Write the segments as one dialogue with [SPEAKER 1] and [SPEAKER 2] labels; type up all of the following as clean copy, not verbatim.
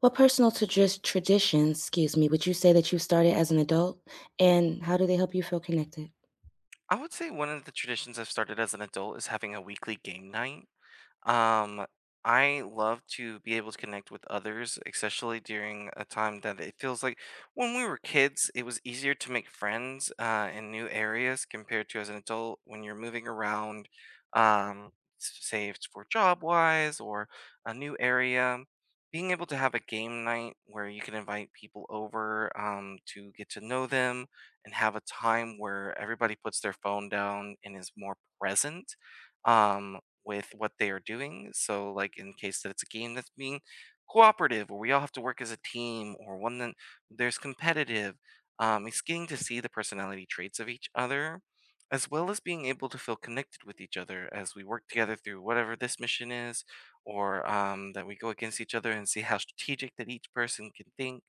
[SPEAKER 1] What personal to just traditions, excuse me, would you say that you started as an adult, and how do they help you feel connected?
[SPEAKER 2] I would say one of the traditions I've started as an adult is having a weekly game night. Um, I love to be able to connect with others, especially during a time that it feels like when we were kids, it was easier to make friends in new areas compared to as an adult when you're moving around. um, Say it's for job wise or a new area. Being able to have a game night where you can invite people over to get to know them and have a time where everybody puts their phone down and is more present Um, with what they are doing. So, like in case that it's a game that's being cooperative, or we all have to work as a team, or one that there's competitive, it's getting to see the personality traits of each other, as well as being able to feel connected with each other as we work together through whatever this mission is, or that we go against each other and see how strategic that each person can think.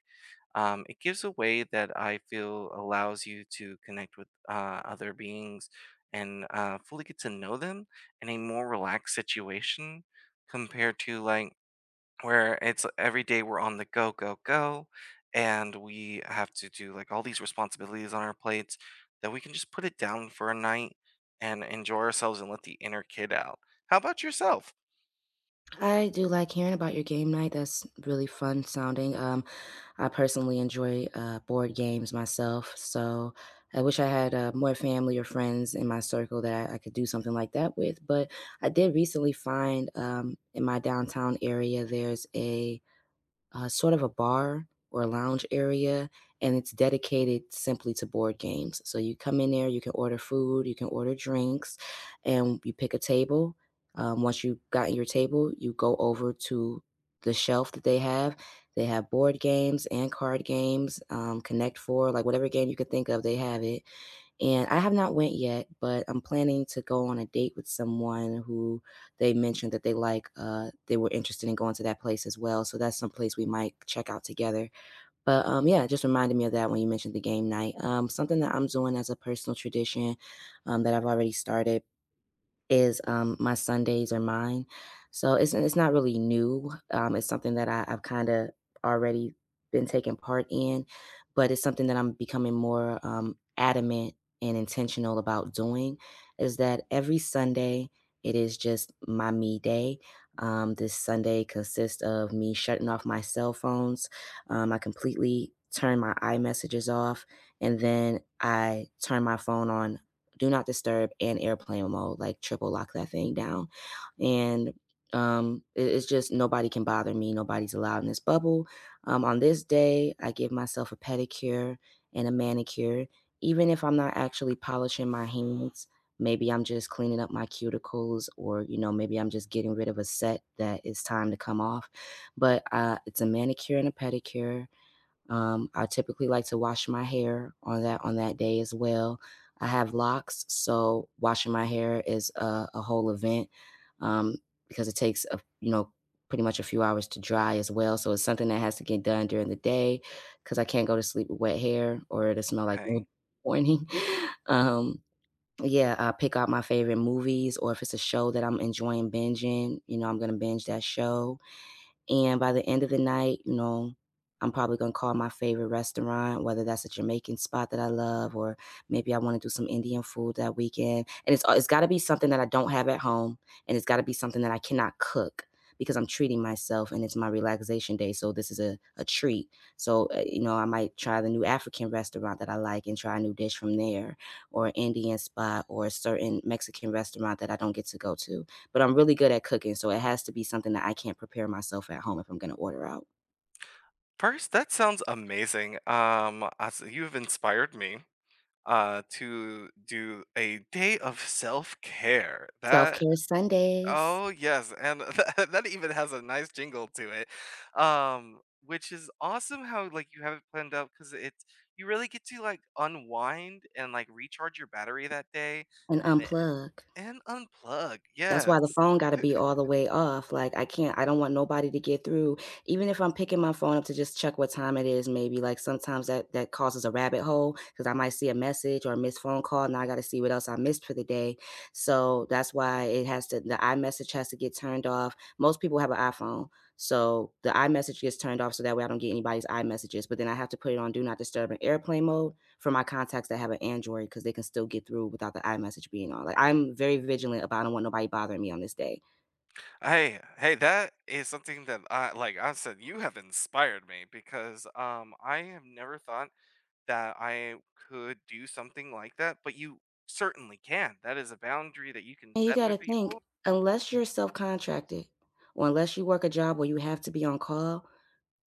[SPEAKER 2] It gives a way that I feel allows you to connect with other beings and fully get to know them in a more relaxed situation compared to like where it's every day we're on the go, go, go, and we have to do like all these responsibilities on our plates that we can just put it down for a night and enjoy ourselves and let the inner kid out. How about yourself?
[SPEAKER 1] I do like hearing about your game night. That's really fun sounding. I personally enjoy board games myself, so I wish I had more family or friends in my circle that I could do something like that with. But I did recently find in my downtown area there's a sort of a bar or a lounge area, and it's dedicated simply to board games. So you come in there, you can order food, you can order drinks, and you pick a table. Once you've gotten your table, you go over to the shelf that they have. They have board games and card games, Connect Four, like whatever game you could think of, they have it and I have not went yet, but I'm planning to go on a date with someone who they mentioned that they like. They were interested in going to that place as well, so that's some place we might check out together. But yeah, it just reminded me of that when you mentioned the game night. Something that I'm doing as a personal tradition, that I've already started is, my Sundays are mine. So it's not really new. It's something that I've kind of already been taking part in, but it's something that I'm becoming more adamant and intentional about doing. Is that every Sunday it is just my me day. This Sunday consists of me shutting off my cell phones. I completely turn my iMessages off, and then I turn my phone on do not disturb and airplane mode, like triple lock that thing down. And it's just nobody can bother me. Nobody's allowed in this bubble. On this day, I give myself a pedicure and a manicure, even if I'm not actually polishing my hands. Maybe I'm just cleaning up my cuticles, or you know, maybe I'm just getting rid of a set that is time to come off. But it's a manicure and a pedicure. I typically like to wash my hair on that day as well. I have locks, so washing my hair is a whole event um, because it takes a, you know, pretty much a few hours to dry as well. So it's something that has to get done during the day because I can't go to sleep with wet hair or it'll smell like milk in
[SPEAKER 2] Okay.
[SPEAKER 1] the morning. um, yeah, I pick out my favorite movies or if it's a show that I'm enjoying binging, you know, I'm gonna binge that show. And by the end of the night, you know, I'm probably going to call my favorite restaurant, whether that's a Jamaican spot that I love, or maybe I want to do some Indian food that weekend. And it's got to be something that I don't have at home. And it's got to be something that I cannot cook because I'm treating myself and it's my relaxation day. So this is a treat. So, you know, I might try the new African restaurant that I like and try a new dish from there, or an Indian spot, or a certain Mexican restaurant that I don't get to go to but I'm really good at cooking, so it has to be something that I can't prepare myself at home if I'm gonna order out.
[SPEAKER 2] First, that sounds amazing. As you've inspired me to do a day of self-care. That
[SPEAKER 1] Self-care Sundays
[SPEAKER 2] oh, yes, and that even has a nice jingle to it, um, which is awesome how, like, you have it planned out because it's you really get to, like, unwind and, like, recharge your battery that day
[SPEAKER 1] and
[SPEAKER 2] and it
[SPEAKER 1] unplug.
[SPEAKER 2] and unplug,
[SPEAKER 1] That's why the
[SPEAKER 2] yes.
[SPEAKER 1] phone gotta be all the way off, like, I don't want nobody to get through, even if I'm picking my phone up to just check what time it is maybe, like, sometimes that causes a rabbit hole because I might see a message or a missed phone call, and I gotta see what else I missed for the day, so that's why it has to the iMessage has to get turned off. Most people have an iPhone, so the iMessage gets turned off so that way I don't get anybody's iMessages, but then I have to put it on do not disturb in airplane mode for my contacts that have an Android because they can still get through without the iMessage being on. Like I'm very vigilant about I don't want nobody bothering me on this day.
[SPEAKER 2] Hey, hey, that is something that I like I said, you have inspired me because, I have never thought that I could do something like that, but you certainly can. That is a boundary that you can
[SPEAKER 1] And you
[SPEAKER 2] set
[SPEAKER 1] got to
[SPEAKER 2] with
[SPEAKER 1] think,
[SPEAKER 2] people.
[SPEAKER 1] unless you're self contracted or unless you work a job where you have to be on call,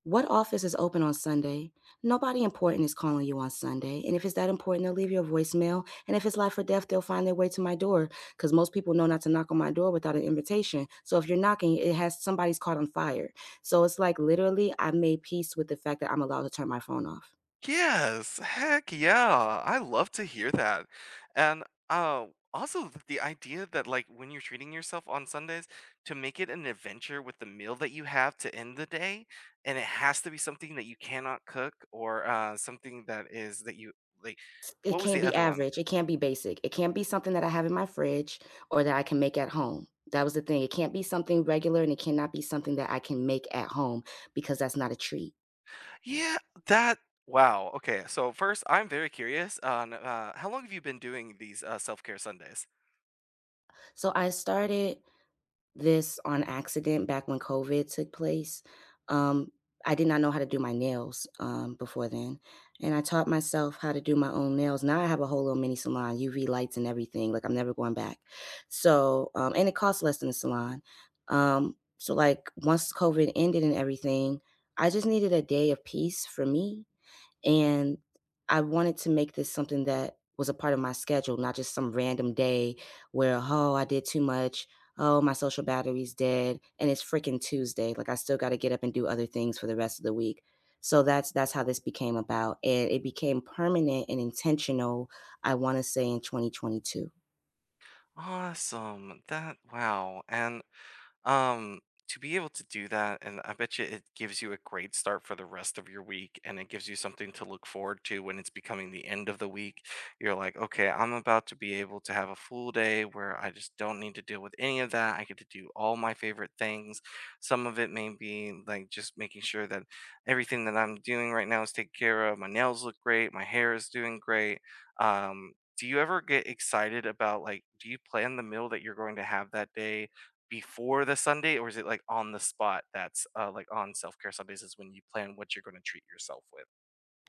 [SPEAKER 1] what office is open on Sunday? Nobody important is calling you on Sunday. And if it's that important, they'll leave you a voicemail. And if it's life or death, they'll find their way to my door because most people know not to knock on my door without an invitation. So if you're knocking, it has somebody's caught on fire. So it's like literally, I made peace with the fact that I'm allowed to turn my phone off.
[SPEAKER 2] Yes, heck yeah. I love to hear that. And uh, also the idea that like when you're treating yourself on Sundays to make it an adventure with the meal that you have to end the day, and it has to be something that you cannot cook or something that is that you like,
[SPEAKER 1] It
[SPEAKER 2] what was
[SPEAKER 1] can't
[SPEAKER 2] the
[SPEAKER 1] be
[SPEAKER 2] other one?
[SPEAKER 1] average, it can't be basic, it can't be something that I have in my fridge or that I can make at home. That was the thing, it can't be something regular and it cannot be something that I can make at home because that's not a treat.
[SPEAKER 2] Yeah, that wow. Okay, so first I'm very curious on how long have you been doing these self-care Sundays?
[SPEAKER 1] So I started this on accident back when COVID took place. Um, I did not know how to do my nails, before then, and I taught myself how to do my own nails. Now I have a whole little mini salon, UV lights and everything, like, I'm never going back. So, and it costs less than a salon. So, like, once COVID ended and everything, I just needed a day of peace for me and I wanted to make this something that was a part of my schedule, not just some random day where, oh, I did too much. Oh, my social battery's dead. And it's freaking Tuesday. Like I still gotta get up and do other things for the rest of the week. So that's how this became about. And it became permanent and intentional, I wanna say in 2022.
[SPEAKER 2] Awesome. That wow. And Um, to be able to do that, and I bet you it gives you a great start for the rest of your week, and it gives you something to look forward to when it's becoming the end of the week. You're like, okay, I'm about to be able to have a full day where I just don't need to deal with any of that. I get to do all my favorite things. Some of it may be like just making sure that everything that I'm doing right now is taken care of. My nails look great, my hair is doing great. Um, do you ever get excited about like, do you plan the meal that you're going to have that day, before the Sunday, or is it like on the spot that's like on self care Sundays is when you plan what you're going to treat yourself with?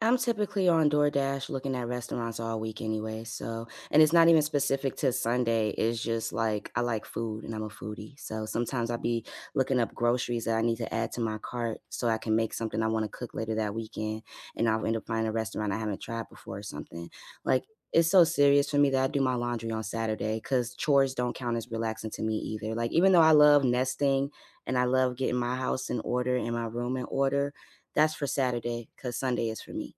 [SPEAKER 1] I'm typically on DoorDash looking at restaurants all week anyway, so and it's not even specific to Sunday, it's just, like, I like food and I'm a foodie, so sometimes I'll be looking up groceries that I need to add to my cart so I can make something I wanna cook later that weekend, and I'll end up finding a restaurant I haven't tried before or something. Like, it's so serious for me that I do my laundry on Saturday because chores don't count as relaxing to me either, like, even though I love nesting and I love getting my house in order and my room in order, that's for Saturday because Sunday is for me.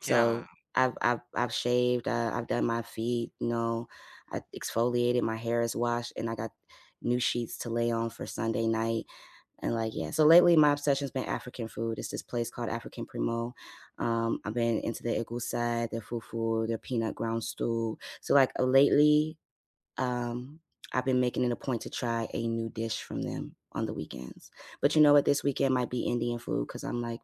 [SPEAKER 1] So
[SPEAKER 2] Yeah,
[SPEAKER 1] I've shaved, I've done my feet, you know, I exfoliated, my hair is washed, and I got new sheets to lay on for Sunday night. And like, yeah, so lately my obsession's been African food. It's this place called African Primo. I've been into the igusai, the fufu, the peanut ground stew. So like lately, um, I've been making it a point to try a new dish from them on the weekends. But you know what? This weekend might be Indian food because I'm like,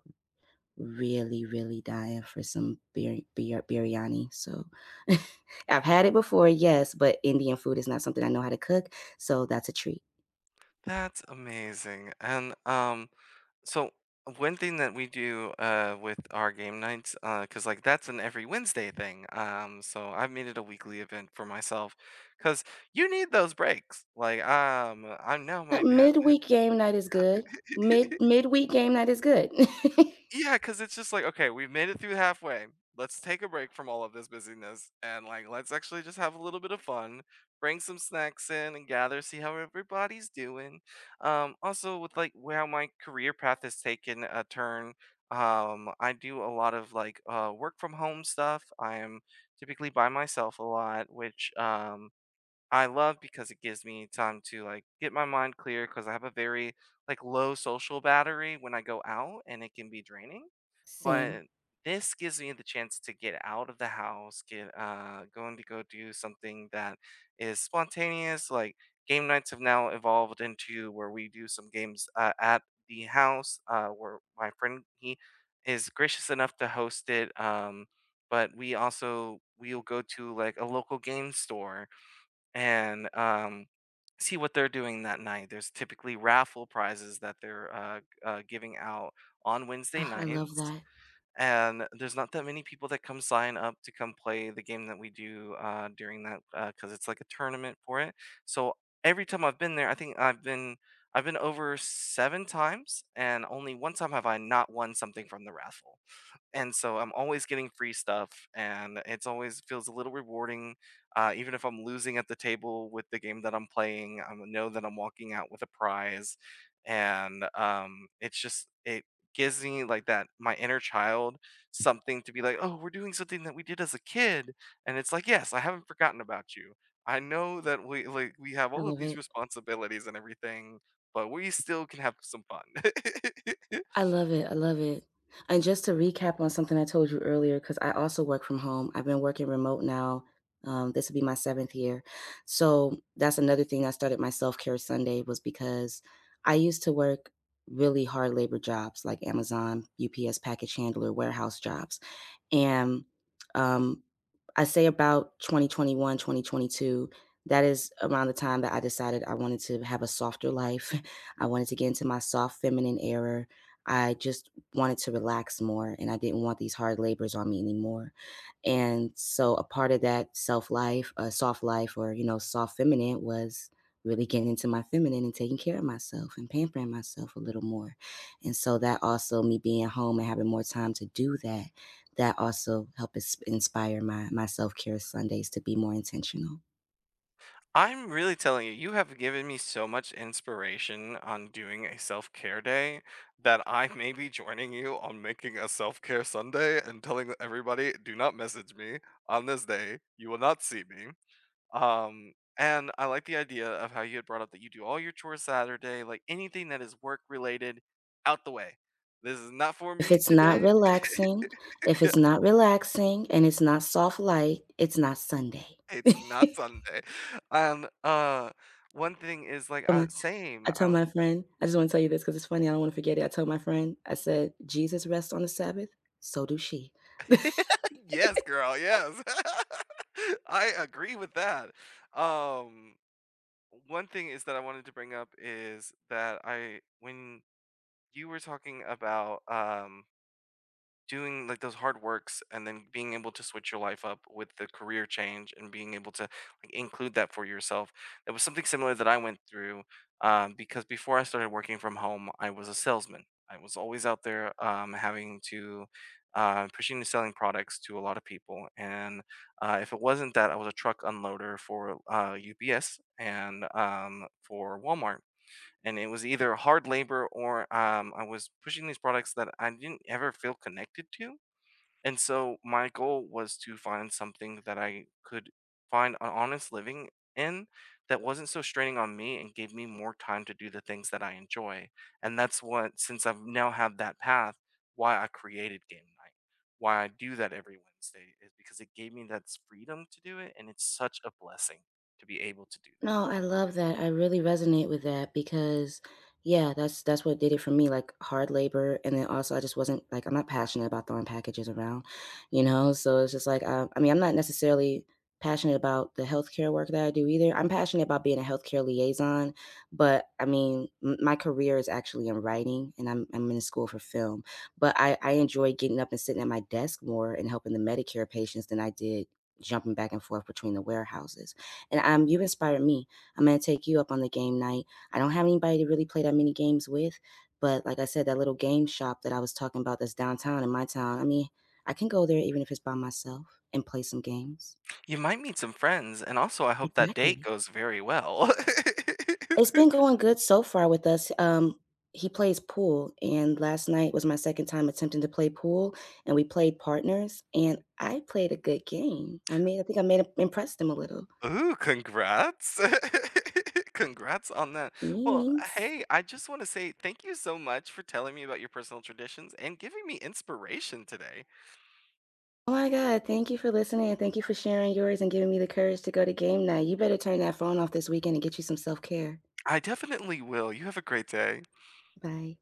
[SPEAKER 1] really, really dying for some biryani. So I've had it before, yes, but Indian food is not something I know how to cook, so that's a treat.
[SPEAKER 2] that's amazing. And so one thing that we do with our game nights, because like that's an every Wednesday thing. So I've made it a weekly event for myself, because you need those breaks. I now
[SPEAKER 1] But
[SPEAKER 2] might have
[SPEAKER 1] midweek game night is good. Midweek game night is good.
[SPEAKER 2] yeah, because it's just like, okay, we've made it through halfway. Let's take a break from all of this busyness and like let's actually just have a little bit of fun. Bring some snacks in and gather, see how everybody's doing. Also with like where my career path has taken a turn. I do a lot of like work from home stuff. I am typically by myself a lot, which I love because it gives me time to like get my mind clear because I have a very like low social battery when I go out and it can be draining,
[SPEAKER 1] Same.
[SPEAKER 2] but this gives me the chance to get out of the house, get going to go do something that is spontaneous. Like game nights have now evolved into where we do some games at the house, where my friend he is gracious enough to host it. But we also we'll go to like a local game store and see what they're doing that night. There's typically raffle prizes that they're giving out on Wednesday
[SPEAKER 1] Oh, I love
[SPEAKER 2] nights,
[SPEAKER 1] that.
[SPEAKER 2] and there's not that many people that come sign up to come play the game that we do during that, because it's like a tournament for it. So every time I've been there, I think I've been over seven times, and only one time have I not won something from the raffle. And so I'm always getting free stuff, and it's always feels a little rewarding. Even if I'm losing at the table with the game that I'm playing, I know that I'm walking out with a prize, and it's just it gives me like that my inner child something to be like, oh, we're doing something that we did as a kid, and it's like, yes, I haven't forgotten about you. I know that we like we have
[SPEAKER 1] I
[SPEAKER 2] all of
[SPEAKER 1] love
[SPEAKER 2] these
[SPEAKER 1] it.
[SPEAKER 2] responsibilities and everything, but we still can have some fun.
[SPEAKER 1] I love it, I love it. And just to recap on something I told you earlier, because I also work from home. I've been working remote now, this will be my 7th year. So, that's another thing I started my self-care Sunday was because I used to work really hard labor jobs like Amazon, UPS package handler, warehouse jobs. And, um, I say about 2021, 2022, that is around the time that I decided I wanted to have a softer life. I wanted to get into my soft feminine era. I just wanted to relax more and I didn't want these hard labors on me anymore. And so a part of that self life, soft life or, you know, soft feminine was really getting into my feminine and taking care of myself and pampering myself a little more. And so that also me being home and having more time to do that that also inspire my self-care Sundays to be more intentional.
[SPEAKER 2] I'm really telling you, you have given me so much inspiration on doing a self care day that I may be joining you on making a self care Sunday and telling everybody do not message me on this day. You will not see me. And I like the idea of how you had brought up that you do all your chores Saturday, like anything that is work related, out the way. This is not for
[SPEAKER 1] If
[SPEAKER 2] me
[SPEAKER 1] it's not
[SPEAKER 2] today.
[SPEAKER 1] relaxing if
[SPEAKER 2] Yeah,
[SPEAKER 1] it's not relaxing and it's not soft light, it's not Sunday. Tell
[SPEAKER 2] it's not Sunday. Um. uh, One thing is like
[SPEAKER 1] my
[SPEAKER 2] same.
[SPEAKER 1] I told
[SPEAKER 2] I
[SPEAKER 1] my friend I just wanna tell you this because it's funny, I don't wanna forget it. I told my friend, I said, "Jesus rests on the Sabbath, so do she."
[SPEAKER 2] yes, girl. Yes, I agree with that. Um, One thing is that I wanted to bring up is that I when you were talking about doing like those hard works and then being able to switch your life up with the career change and being able to like include that for yourself, it was something similar that I went through, because before I started working from home I was a salesman, I was always out there having to pushing and selling products to a lot of people, and if it wasn't that I was a truck unloader for UPS and for Walmart, and it was either hard labor or I was pushing these products that I didn't ever feel connected to. And so my goal was to find something that I could find an honest living in that wasn't so straining on me and gave me more time to do the things that I enjoy. And that's what, since I've now had that path, why I created game night, why I do that every Wednesday is because it gave me that freedom to do it. And it's such a blessing to be able to do.
[SPEAKER 1] No, I love that. I really resonate with that because yeah, that's what did it for me, like hard labor. And then also I just wasn't like I'm not passionate about throwing packages around, you know? So it's just like I mean, I'm not necessarily passionate about the healthcare work that I do either. I'm passionate about being a healthcare liaison, but I mean, my career is actually in writing and I'm in school for film. But I enjoy getting up and sitting at my desk more and helping the Medicare patients than I did jumping back and forth between the warehouses. And you've inspired me. I'm gonna take you up on the game night. I don't have anybody to really play that many games with, but like I said, that little game shop that I was talking about that's downtown in my town. I mean, I can go there even if it's by myself and play some games.
[SPEAKER 2] You might meet some friends, and also I hope that date
[SPEAKER 1] Exactly.
[SPEAKER 2] goes very well.
[SPEAKER 1] It's been going good so far with us. He plays pool, and last night was my second time attempting to play pool, and we played partners, and I played a good game. I mean, I think I made him impressed him a little.
[SPEAKER 2] Ooh, congrats. Congrats on that. Well,
[SPEAKER 1] Thanks.
[SPEAKER 2] hey, I just want to say thank you so much for telling me about your personal traditions and giving me inspiration today.
[SPEAKER 1] Oh my god, thank you for listening and thank you for sharing yours and giving me the courage to go to game night. You better turn that phone off this weekend and get you some self-care.
[SPEAKER 2] I definitely will. You have a great day.
[SPEAKER 1] Bye.